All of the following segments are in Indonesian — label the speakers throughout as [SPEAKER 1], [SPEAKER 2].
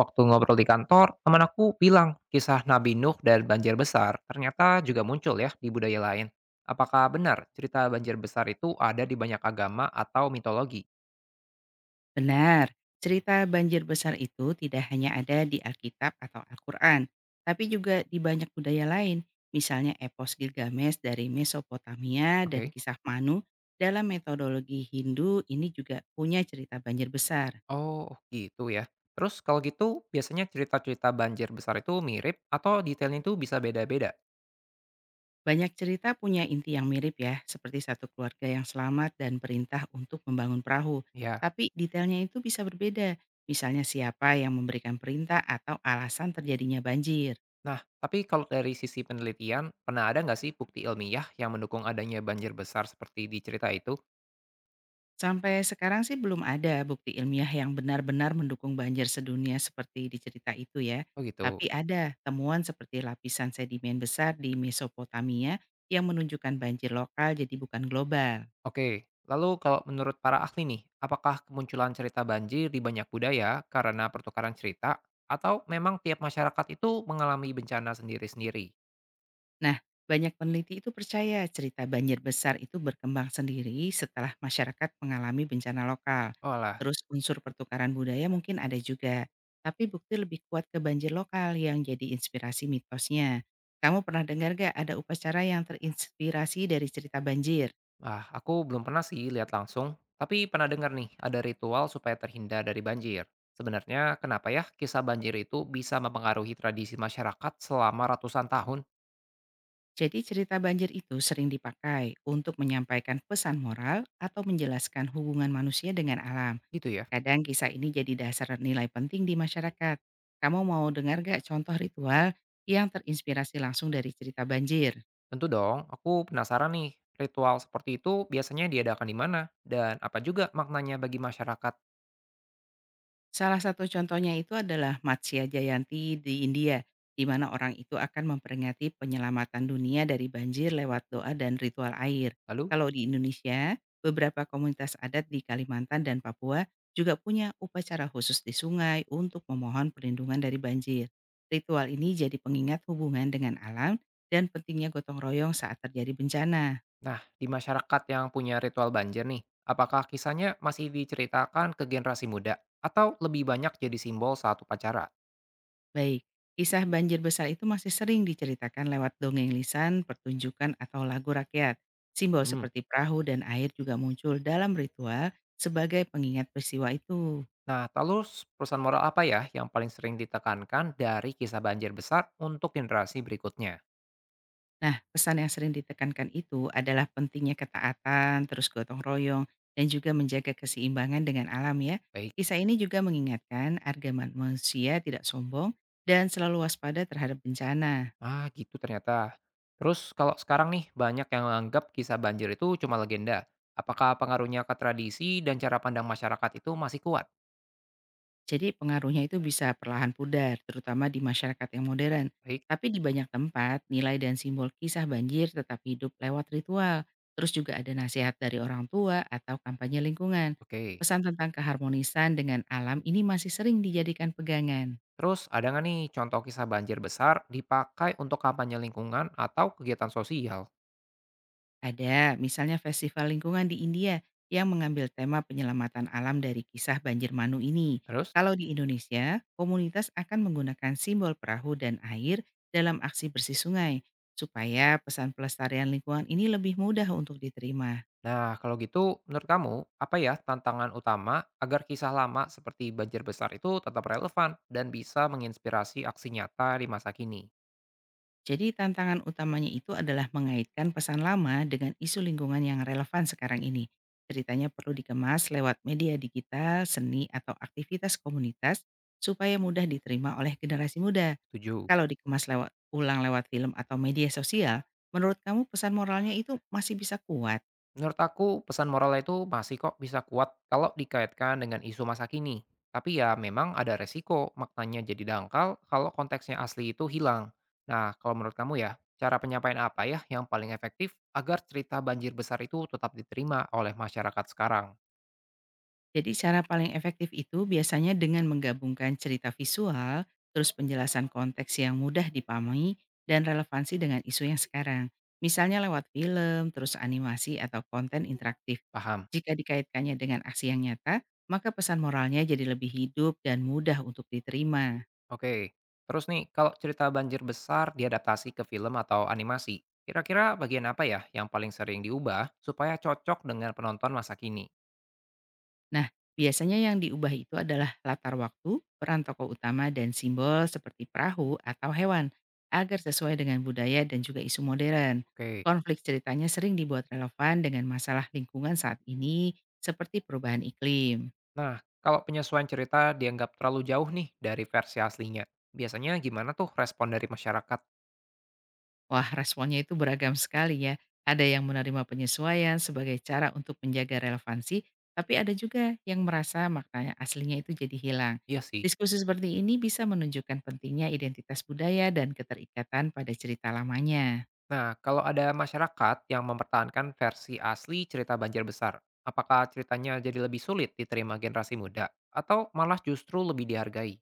[SPEAKER 1] Waktu ngobrol di kantor, teman aku bilang kisah Nabi Nuh dan banjir besar ternyata juga muncul ya di budaya lain. Apakah benar cerita banjir besar itu ada di banyak agama atau mitologi?
[SPEAKER 2] Benar, cerita banjir besar itu tidak hanya ada di Alkitab atau Al-Quran, tapi juga di banyak budaya lain, misalnya epos Gilgamesh dari Mesopotamia dan
[SPEAKER 1] Oke.
[SPEAKER 2] kisah Manu dalam metodologi Hindu ini juga punya cerita banjir besar.
[SPEAKER 1] Oh, gitu ya. Terus kalau gitu, biasanya cerita-cerita banjir besar itu mirip atau detailnya itu bisa beda-beda?
[SPEAKER 2] Banyak cerita punya inti yang mirip ya, seperti satu keluarga yang selamat dan perintah untuk membangun perahu.
[SPEAKER 1] Ya.
[SPEAKER 2] Tapi detailnya itu bisa berbeda, misalnya siapa yang memberikan perintah atau alasan terjadinya banjir.
[SPEAKER 1] Nah, tapi kalau dari sisi penelitian, pernah ada nggak sih bukti ilmiah yang mendukung adanya banjir besar seperti di cerita itu?
[SPEAKER 2] Sampai sekarang sih belum ada bukti ilmiah yang benar-benar mendukung banjir sedunia seperti di cerita itu ya.
[SPEAKER 1] Oh gitu.
[SPEAKER 2] Tapi ada temuan seperti lapisan sedimen besar di Mesopotamia yang menunjukkan banjir lokal jadi bukan global.
[SPEAKER 1] Oke, lalu kalau menurut para ahli nih, apakah kemunculan cerita banjir di banyak budaya karena pertukaran cerita atau memang tiap masyarakat itu mengalami bencana sendiri-sendiri?
[SPEAKER 2] Nah, banyak peneliti itu percaya cerita banjir besar itu berkembang sendiri setelah masyarakat mengalami bencana lokal.
[SPEAKER 1] Olah,
[SPEAKER 2] Terus unsur pertukaran budaya mungkin ada juga. Tapi bukti lebih kuat ke banjir lokal yang jadi inspirasi mitosnya. Kamu pernah dengar gak ada upacara yang terinspirasi dari cerita banjir?
[SPEAKER 1] ah, aku belum pernah sih lihat langsung, tapi pernah dengar nih ada ritual supaya terhindar dari banjir. Sebenarnya kenapa ya kisah banjir itu bisa mempengaruhi tradisi masyarakat selama ratusan tahun
[SPEAKER 2] Jadi cerita banjir itu sering dipakai untuk menyampaikan pesan moral atau menjelaskan hubungan manusia dengan alam.
[SPEAKER 1] gitu ya?
[SPEAKER 2] Kadang kisah ini jadi dasar nilai penting di masyarakat. Kamu mau dengar gak contoh ritual yang terinspirasi langsung dari cerita banjir?
[SPEAKER 1] Tentu dong, aku penasaran nih, ritual seperti itu biasanya diadakan di mana dan apa juga maknanya bagi masyarakat?
[SPEAKER 2] Salah satu contohnya itu adalah Matsya Jayanti di India, di mana orang itu akan memperingati penyelamatan dunia dari banjir lewat doa dan ritual air.
[SPEAKER 1] Lalu.
[SPEAKER 2] Kalau di Indonesia, beberapa komunitas adat di Kalimantan dan Papua juga punya upacara khusus di sungai untuk memohon perlindungan dari banjir. Ritual ini jadi pengingat hubungan dengan alam dan pentingnya gotong royong saat terjadi bencana.
[SPEAKER 1] Nah, di masyarakat yang punya ritual banjir nih, apakah kisahnya masih diceritakan ke generasi muda atau lebih banyak jadi simbol saat upacara?
[SPEAKER 2] Baik, kisah banjir besar itu masih sering diceritakan lewat dongeng lisan, pertunjukan, atau lagu rakyat. Simbol
[SPEAKER 1] Hmm.
[SPEAKER 2] seperti perahu dan air juga muncul dalam ritual sebagai pengingat peristiwa itu.
[SPEAKER 1] Nah, terus perusahaan moral apa ya yang paling sering ditekankan dari kisah banjir besar untuk generasi berikutnya?
[SPEAKER 2] Nah, pesan yang sering ditekankan itu adalah pentingnya ketaatan, terus gotong royong, dan juga menjaga keseimbangan dengan alam ya.
[SPEAKER 1] Baik.
[SPEAKER 2] Kisah ini juga mengingatkan agar manusia tidak sombong dan selalu waspada terhadap bencana.
[SPEAKER 1] Ah, gitu ternyata. Terus kalau sekarang nih banyak yang menganggap kisah banjir itu cuma legenda. Apakah pengaruhnya ke tradisi dan cara pandang masyarakat itu masih kuat?
[SPEAKER 2] Jadi pengaruhnya itu bisa perlahan pudar, terutama di masyarakat yang modern.
[SPEAKER 1] Baik.
[SPEAKER 2] Tapi di banyak tempat, nilai dan simbol kisah banjir tetap hidup lewat ritual. Terus juga ada nasihat dari orang tua atau kampanye lingkungan.
[SPEAKER 1] Oke.
[SPEAKER 2] Pesan tentang keharmonisan dengan alam ini masih sering dijadikan pegangan.
[SPEAKER 1] Terus ada nggak nih contoh kisah banjir besar dipakai untuk kampanye lingkungan atau kegiatan sosial?
[SPEAKER 2] Ada, misalnya festival lingkungan di India yang mengambil tema penyelamatan alam dari kisah banjir Manu ini.
[SPEAKER 1] Terus?
[SPEAKER 2] Kalau di Indonesia, komunitas akan menggunakan simbol perahu dan air dalam aksi bersih sungai, supaya pesan pelestarian lingkungan ini lebih mudah untuk diterima.
[SPEAKER 1] Nah, kalau gitu menurut kamu apa ya tantangan utama agar kisah lama seperti banjir besar itu tetap relevan dan bisa menginspirasi aksi nyata di masa kini?
[SPEAKER 2] Jadi tantangan utamanya itu adalah mengaitkan pesan lama dengan isu lingkungan yang relevan sekarang ini. Ceritanya perlu dikemas lewat media digital, seni, atau aktivitas komunitas supaya mudah diterima oleh generasi muda.
[SPEAKER 1] Setuju?
[SPEAKER 2] Kalau dikemas lewat ulang lewat film atau media sosial, menurut kamu pesan moralnya itu masih bisa kuat?
[SPEAKER 1] Menurut aku, pesan moralnya itu masih kok bisa kuat kalau dikaitkan dengan isu masa kini. Tapi ya memang ada resiko maknanya jadi dangkal kalau konteksnya asli itu hilang. Nah, kalau menurut kamu ya, cara penyampaian apa ya yang paling efektif agar cerita banjir besar itu tetap diterima oleh masyarakat sekarang?
[SPEAKER 2] Jadi cara paling efektif itu biasanya dengan menggabungkan cerita visual, terus penjelasan konteks yang mudah dipahami dan relevansi dengan isu yang sekarang. Misalnya lewat film, terus animasi atau konten interaktif.
[SPEAKER 1] Paham?
[SPEAKER 2] Jika dikaitkannya dengan aksi yang nyata, maka pesan moralnya jadi lebih hidup dan mudah untuk diterima.
[SPEAKER 1] Oke. Terus nih, kalau cerita banjir besar diadaptasi ke film atau animasi, kira-kira bagian apa ya yang paling sering diubah supaya cocok dengan penonton masa kini?
[SPEAKER 2] Nah, biasanya yang diubah itu adalah latar waktu, peran tokoh utama, dan simbol seperti perahu atau hewan, agar sesuai dengan budaya dan juga isu modern.
[SPEAKER 1] Oke.
[SPEAKER 2] Konflik ceritanya sering dibuat relevan dengan masalah lingkungan saat ini, seperti perubahan iklim.
[SPEAKER 1] Nah, kalau penyesuaian cerita dianggap terlalu jauh nih dari versi aslinya, biasanya gimana tuh respon dari masyarakat?
[SPEAKER 2] Wah, responnya itu beragam sekali ya. Ada yang menerima penyesuaian sebagai cara untuk menjaga relevansi, tapi ada juga yang merasa maknanya aslinya itu jadi hilang.
[SPEAKER 1] Iya sih.
[SPEAKER 2] Diskusi seperti ini bisa menunjukkan pentingnya identitas budaya dan keterikatan pada cerita lamanya.
[SPEAKER 1] Nah, kalau ada masyarakat yang mempertahankan versi asli cerita banjir besar, apakah ceritanya jadi lebih sulit diterima generasi muda? Atau malah justru lebih dihargai?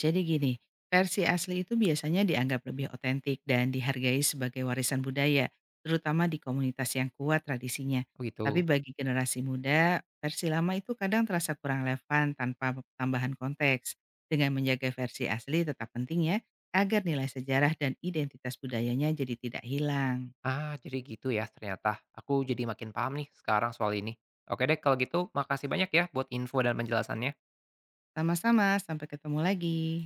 [SPEAKER 2] Jadi gini, versi asli itu biasanya dianggap lebih otentik dan dihargai sebagai warisan budaya, terutama di komunitas yang kuat tradisinya.
[SPEAKER 1] Oh
[SPEAKER 2] Tapi
[SPEAKER 1] gitu.
[SPEAKER 2] bagi generasi muda, versi lama itu kadang terasa kurang relevan tanpa tambahan konteks. Dengan menjaga versi asli tetap penting ya, agar nilai sejarah dan identitas budayanya jadi tidak hilang.
[SPEAKER 1] Ah, jadi gitu ya ternyata. Aku jadi makin paham nih sekarang soal ini. Oke deh, kalau gitu makasih banyak ya buat info dan penjelasannya.
[SPEAKER 2] Sama-sama, sampai ketemu lagi.